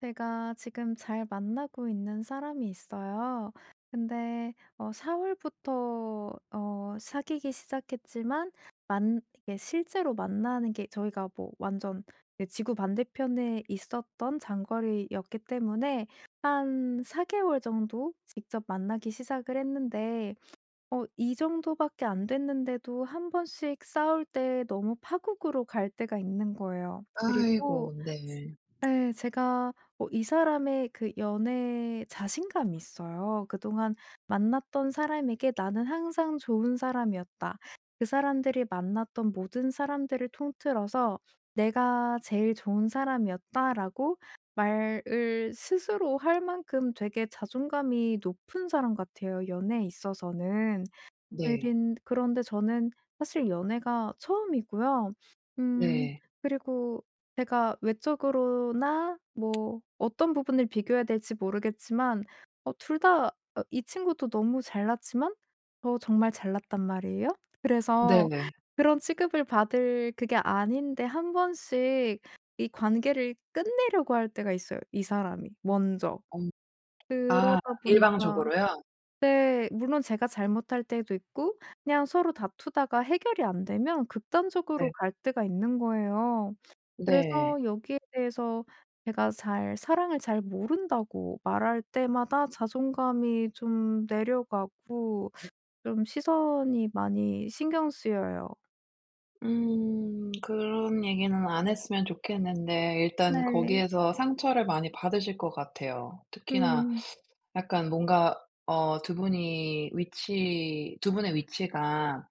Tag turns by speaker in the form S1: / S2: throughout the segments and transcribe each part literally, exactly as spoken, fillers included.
S1: 제가 지금 잘 만나고 있는 사람이 있어요. 근데 어 사 월부터 어 사귀기 시작했지만 만 이게 실제로 만나는 게 저희가 뭐 완전 그 지구 반대편에 있었던 장거리였기 때문에 한 4 개월 정도 직접 만나기 시작을 했는데, 어 이 정도밖에 안 됐는데도 한 번씩 싸울 때 너무 파국으로 갈 때가 있는 거예요. 그리고.
S2: 아이고, 네.
S1: 예. 제가 어 이 사람의 그 연애에 자신감이 있어요. 그동안 만났던 사람에게 '나는 항상 좋은 사람이었다. 그 사람들이 만났던 모든 사람들을 통틀어서 내가 제일 좋은 사람이었다.'라고 말을 스스로 할 만큼 되게 자존감이 높은 사람 같아요, 연애에 있어서는.
S2: 네.
S1: 느린 그런데 저는 사실 연애가 처음이고요. 음
S2: 네.
S1: 그리고 제가 외적으로나 뭐 어떤 부분을 비교해야 될지 모르겠지만, 어 둘 다, 어 이 친구도 너무 잘났지만 저 정말 잘났단 말이에요. 그래서
S2: 네.
S1: 그런 취급을 받을 그게 아닌데, 한 번씩 이 관계를 끝내려고 할 때가 있어요, 이 사람이 먼저.
S2: 어. 아,
S1: 그러다 보니까.
S2: 일방적으로요?
S1: 네. 물론 제가 잘못할 때도 있고, 그냥 서로 다투다가 해결이 안 되면 극단적으로
S2: 네.
S1: 갈 때가 있는 거예요. 그래서
S2: 네.
S1: 여기에 대해서 제가 잘 사랑을 잘 모른다고 말할 때마다 자존감이 좀 내려가고, 좀 시선이 많이 신경 쓰여요.
S2: 음 그런 얘기는 안 했으면 좋겠는데, 일단
S1: 네.
S2: 거기에서 상처를 많이 받으실 것 같아요. 특히나
S1: 음.
S2: 약간 뭔가 어 두 분이 위치 두 분의 위치가,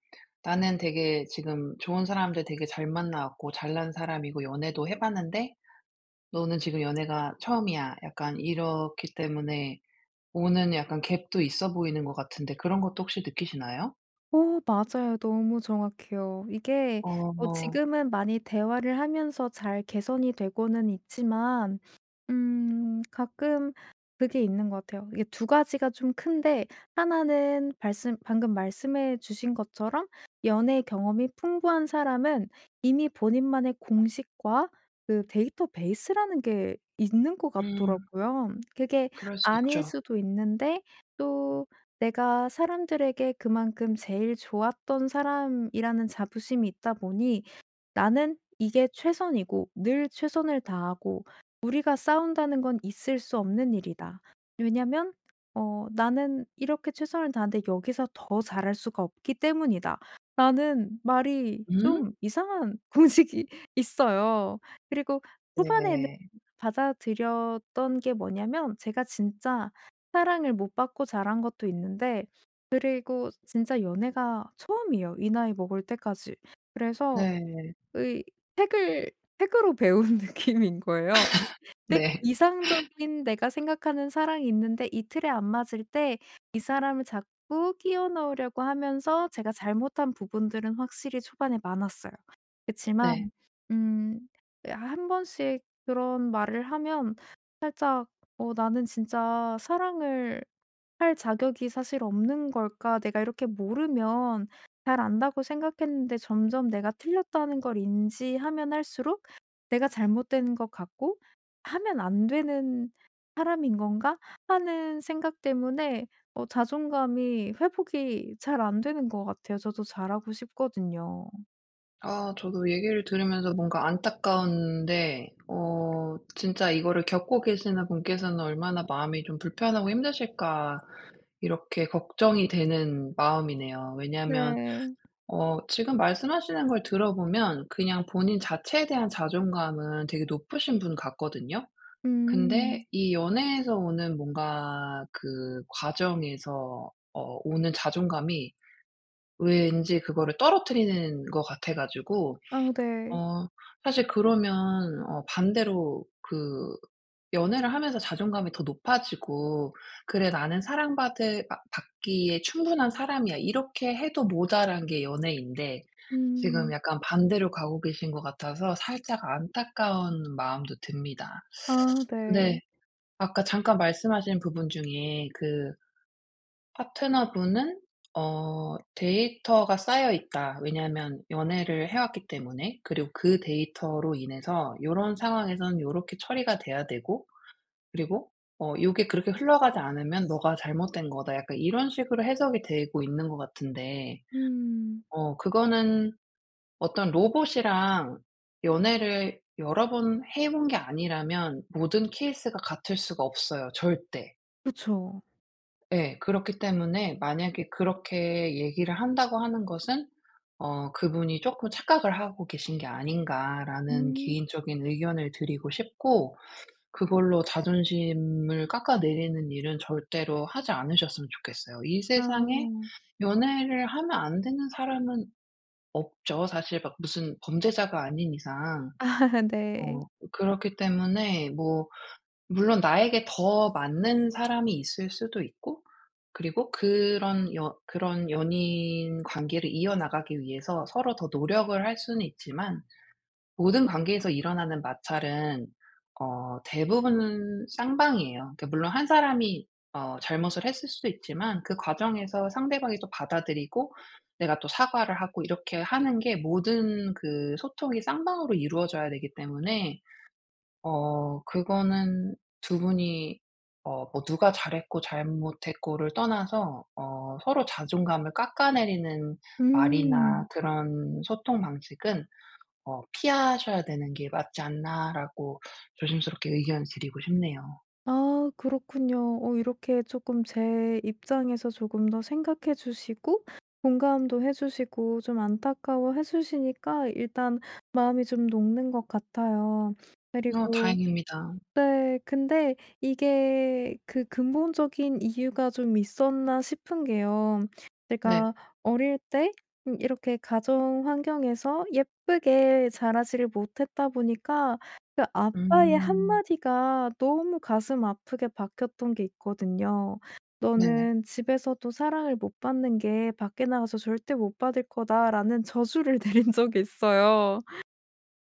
S2: 나는 되게 지금 좋은 사람들 되게 잘 만나 왔고 잘난 사람이고 연애도 해 봤는데, 너는 지금 연애가 처음이야. 약간 이렇기 때문에 오는 약간 갭도 있어 보이는 것 같은데, 그런 것도 혹시 느끼시나요?
S1: 오, 맞아요. 너무 정확해요. 이게 어
S2: 어.
S1: 지금은 많이 대화를 하면서 잘 개선이 되고는 있지만, 음 가끔 그게 있는 것 같아요. 이게 두 가지가 좀 큰데, 하나는 말씀 방금 말씀해 주신 것처럼 연애 경험이 풍부한 사람은 이미 본인만의 공식과 그 데이터베이스라는 게 있는 것
S2: 음.
S1: 같더라고요. 그게
S2: 그럴 수
S1: 아닐
S2: 있죠.
S1: 수도 있는데, 또 내가 사람들에게 그만큼 제일 좋았던 사람이라는 자부심이 있다 보니, 나는 이게 최선이고 늘 최선을 다하고 우리가 싸운다는 건 있을 수 없는 일이다. 왜냐면 어 나는 이렇게 최선을 다하는데 여기서 더 잘할 수가 없기 때문이다, 라는 말이 좀
S2: 음?
S1: 이상한 공식이 있어요. 그리고 초반에는
S2: 네.
S1: 받아들였던 게 뭐냐면, 제가 진짜 사랑을 못 받고 자란 것도 있는데, 그리고 진짜 연애가 처음이에요, 이 나이 먹을 때까지. 그래서
S2: 네.
S1: 의 책을 책으로 배운 느낌인 거예요. 되게
S2: 네.
S1: 이상적인 내가 생각하는 사랑이 있는데, 이 틀에 안 맞을 때 이 사람을 자꾸 끼워 넣으려고 하면서 제가 잘못한 부분들은 확실히 초반에 많았어요.
S2: 네.
S1: 그치만 음 한 번씩 그런 말을 하면 살짝 '어 나는 진짜 사랑을 할 자격이 사실 없는 걸까? 내가 이렇게 모르면, 잘 안다고 생각했는데 점점 내가 틀렸다는 걸 인지하면 할수록 내가 잘못된 것 같고, 하면 안 되는 사람인 건가?' 하는 생각 때문에 어 자존감이 회복이 잘 안 되는 것 같아요. 저도 잘하고 싶거든요.
S2: 아, 저도 얘기를 들으면서 뭔가 안타까운데, 어 진짜 이거를 겪고 계시는 분께서는 얼마나 마음이 좀 불편하고 힘드실까, 이렇게 걱정이 되는 마음이네요. 왜냐하면
S1: 네.
S2: 어 지금 말씀하시는 걸 들어보면 그냥 본인 자체에 대한 자존감은 되게 높으신 분 같거든요. 근데
S1: 음.
S2: 이 연애에서 오는 뭔가 그 과정에서 어 오는 자존감이 왠지 그거를 떨어뜨리는 것 같아 가지고.
S1: 아, 네.
S2: 어 사실 그러면 어 반대로, 그 연애를 하면서 자존감이 더 높아지고 '그래, 나는 사랑받을 받 받기에 충분한 사람이야.' 이렇게 해도 모자란 게 연애인데, 지금
S1: 음.
S2: 약간 반대로 가고 계신 것 같아서 살짝 안타까운 마음도 듭니다.
S1: 아, 네.
S2: 근데 아까 잠깐 말씀하신 부분 중에, 그 파트너분은 어 데이터가 쌓여 있다, 왜냐하면 연애를 해 왔기 때문에. 그리고 그 데이터로 인해서 요런 상황에선 요렇게 처리가 돼야 되고, 그리고 어 요게 그렇게 흘러가지 않으면 너가 잘못된 거다, 약간 이런 식으로 해석이 되고 있는 것 같은데,
S1: 음.
S2: 어 그거는 어떤 로봇이랑 연애를 여러 번 해본 게 아니라면 모든 케이스가 같을 수가 없어요, 절대.
S1: 그쵸.
S2: 예. 그렇기 때문에 만약에 그렇게 얘기를 한다고 하는 것은, 어 '그분이 쪼끔 착각을 하고 계신 게 아닌가.'라는
S1: 음.
S2: 개인적인 의견을 드리고 싶고, 그걸로 자존심을 깎아내리는 일은 절대로 하지 않으셨으면 좋겠어요. 이 세상에
S1: 아.
S2: 연애를 하면 안 되는 사람은 없죠. 사실 막 무슨 범죄자가 아닌 이상.
S1: 아, 네.
S2: 어 그렇기 때문에 뭐, 물론 나에게 더 맞는 사람이 있을 수도 있고, 그리고 그런 여 그런 연인 관계를 이어나가기 위해서 서로 더 노력을 할 수는 있지만, 모든 관계에서 일어나는 마찰은 어 대부분은 쌍방이에요. 그러니까 물론 한 사람이 어 잘못을 했을 수도 있지만, 그 과정에서 상대방이 또 받아들이고 내가 또 사과를 하고, 이렇게 하는 게 모든 그 소통이 쌍방으로 이루어져야 되기 때문에, 어 그거는 두 분이 어 뭐 누가 잘했고 잘못했고를 떠나서 어 서로 자존감을 깎아내리는 말이나
S1: 음.
S2: 그런 소통 방식은 어 '피하셔야 되는 게 맞지 않나.'라고 조심스럽게 의견 드리고 싶네요.
S1: 아, 그렇군요. 어 이렇게 조금 제 입장에서 조금 더 생각해 주시고 공감도 해 주시고 좀 안타까워해 주시니까, 일단 마음이 좀 녹는 것 같아요.
S2: 어
S1: 그리고.
S2: 다행입니다.
S1: 네. 근데 이게 그 근본적인 이유가 좀 있었나 싶은 게요.
S2: 네.
S1: 제가 어릴 때 음 이렇게 가정 환경에서 예쁘게 자라지를 못했다 보니까, 그 아빠의
S2: 음,
S1: 한마디가 너무 가슴 아프게 박혔던 게 있거든요.
S2: 네.
S1: "너는 집에서도 사랑을 못 받는 게, 밖에 나가서 절대 못 받을 거다."라는 저주를 내린 적이 있어요.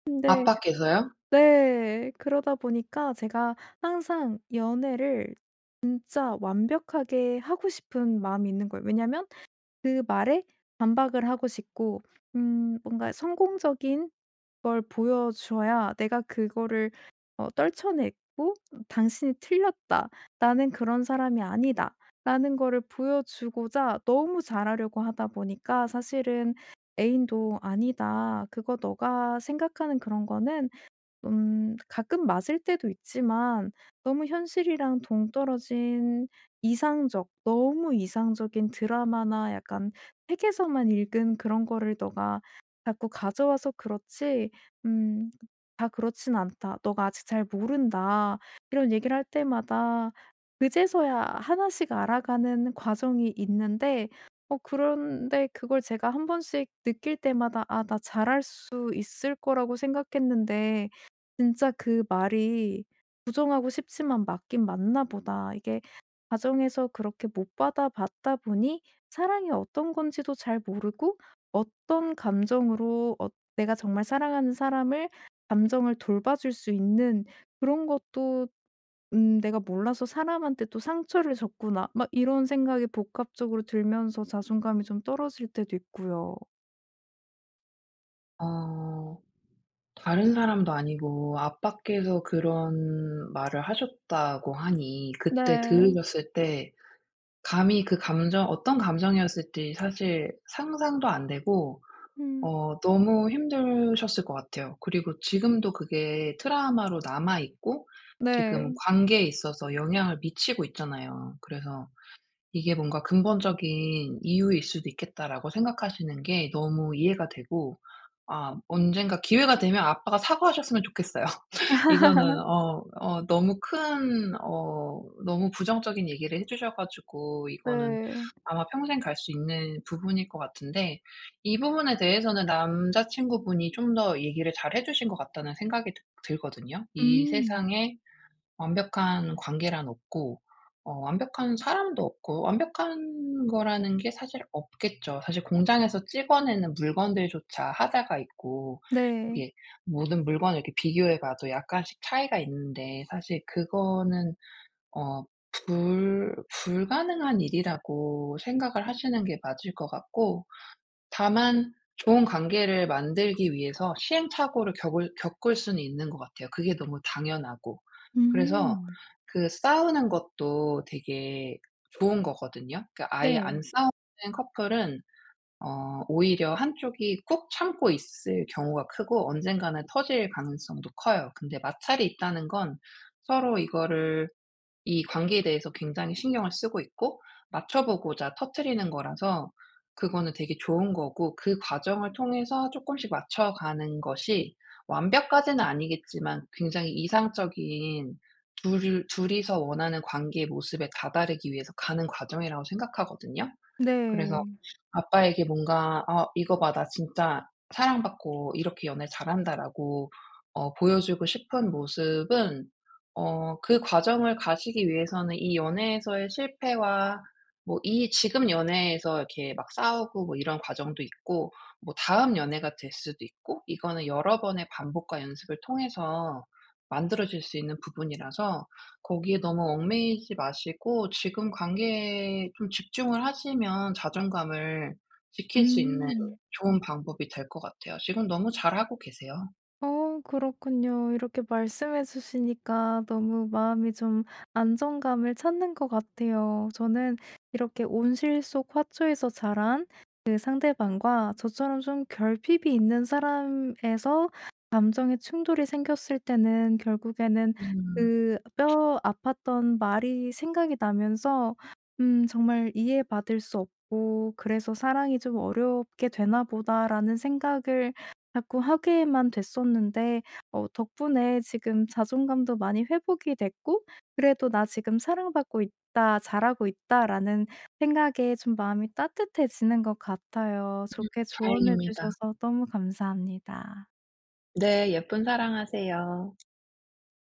S1: 근데.
S2: 앞밖에서요?
S1: 네. 그러다 보니까 제가 항상 연애를 진짜 완벽하게 하고 싶은 마음이 있는 거예요. 왜냐면 그 말에 반박을 하고 싶고, 음 뭔가 성공적인 걸 보여줘야 내가 그거를 어 떨쳐냈고 '당신이 틀렸다. 나는 그런 사람이 아니다.'라는 거를 보여주고자 너무 잘하려고 하다 보니까, 사실은 애인도 "아니다. 그거 너가 생각하는 그런 거는 음 가끔 맞을 때도 있지만, 너무 현실이랑 동떨어진 이상적 너무 이상적인 드라마나 약간 책에서만 읽은 그런 거를 너가 자꾸 가져와서 그렇지 음 다 그렇진 않다. 너가 아직 잘 모른다." 이런 얘기를 할 때마다 그제서야 하나씩 알아가는 과정이 있는데, 어 그런데 그걸 제가 한 번씩 느낄 때마다 '아, 나 잘할 수 있을 거라고 생각했는데 진짜 그 말이, 부정하고 싶지만 맞긴 맞나 보다. 이게 가정에서 그렇게 못 받아 봤다 보니 사랑이 어떤 건지도 잘 모르고, 어떤 감정으로 어 내가 정말 사랑하는 사람을, 감정을 돌봐줄 수 있는 그런 것도, 음 내가 몰라서 사람한테 또 상처를 줬구나.' 막 이런 생각이 복합적으로 들면서 자존감이 좀 떨어질 때도 있고요.
S2: 어 다른 사람도 아니고 아빠께서 그런 말을 하셨다고 하니, 그때
S1: 네.
S2: 들으셨을 때 감히 그 감정 어떤 감정이었을지 사실 상상도 안 되고,
S1: 음.
S2: 어 너무 힘드셨을 것 같아요. 그리고 지금도 그게 트라우마로 남아 있고, 지금
S1: 네.
S2: 관계에 있어서 영향을 미치고 있잖아요. 그래서 이게 뭔가 '근본적인 이유일 수도 있겠다.'라고 생각하시는 게 너무 이해가 되고, 아, 언젠가 기회가 되면 아빠가 사과하셨으면 좋겠어요. 이거는 어 어 너무 큰, 어 너무 부정적인 얘기를 해 주셔 가지고, 이거는
S1: 네.
S2: 아마 평생 갈 수 있는 부분일 것 같은데, 이 부분에 대해서는 남자친구분이 좀 더 얘기를 잘해 주신 것 같다는 생각이 드 들거든요. 이
S1: 음.
S2: 세상에 완벽한 관계란 없고, 어 완벽한 사람도 없고, 완벽한 거라는 게 사실 없겠죠. 사실 공장에서 찍어내는 물건들조차 하자가 있고,
S1: 네.
S2: 이게 모든 물건을 이렇게 비교해 봐도 약간씩 차이가 있는데, 사실 그거는 어 불 불가능한 일이라고 생각을 하시는 게 맞을 것 같고, 다만 좋은 관계를 만들기 위해서 시행착오를 겪을 겪을 수는 있는 것 같아요. 그게 너무 당연하고. 그래서
S1: 음.
S2: 그 싸우는 것도 되게 좋은 거거든요. 그러니까 아예
S1: 네.
S2: 안 싸우는 커플은 어 오히려 한쪽이 꾹 참고 있을 경우가 크고, 언젠가는 터질 가능성도 커요. 근데 마찰이 있다는 건 서로 이거를 이 관계에 대해서 굉장히 신경을 쓰고 있고 맞춰 보고자 터뜨리는 거라서 그거는 되게 좋은 거고, 그 과정을 통해서 조금씩 맞춰가는 것이 완벽까지는 아니겠지만 굉장히 이상적인, 둘 둘이서 원하는 관계의 모습에 다다르기 위해서 가는 과정이라고 생각하거든요. 그래서
S1: 네.
S2: 아빠에게 뭔가 "아, 이거 봐. 나 진짜 사랑받고 이렇게 연애 잘한다."라고 어 보여주고 싶은 모습은, 어 그 과정을 가시기 위해서는 이 연애에서의 실패와, 뭐 이 지금 연애에서 이렇게 막 싸우고 뭐 이런 과정도 있고, 뭐 다음 연애가 될 수도 있고, 이거는 여러 번의 반복과 연습을 통해서 만들어질 수 있는 부분이라서, 거기에 너무 얽매이지 마시고 지금 관계에 좀 집중을 하시면 자존감을 지킬 수 있는
S1: 음.
S2: 좋은 방법이 될 것 같아요. 지금 너무 잘하고 계세요.
S1: 어 그렇군요. 이렇게 말씀해 주시니까 너무 마음이 좀 안정감을 찾는 것 같아요. 저는, 이렇게 온실 속 화초에서 자란 그 상대방과 저처럼 좀 결핍이 있는 사람에서 감정의 충돌이 생겼을 때는, 결국에는
S2: 음.
S1: 그 뼈 아팠던 말이 생각이 나면서 음 정말 이해받을 수 없고 '그래서 사랑이 좀 어렵게 되나 보다.'라는 생각을 자꾸 하게만 됐었는데, 어 덕분에 지금 자존감도 많이 회복이 됐고, 그래도 '나 지금 사랑받고 있다. 잘하고 있다.'라는 생각에 좀 마음이 따뜻해지는 것 같아요.
S2: 음
S1: 좋게 조언해
S2: 다행입니다.
S1: 주셔서 너무 감사합니다.
S2: 네, 예쁜 사랑하세요.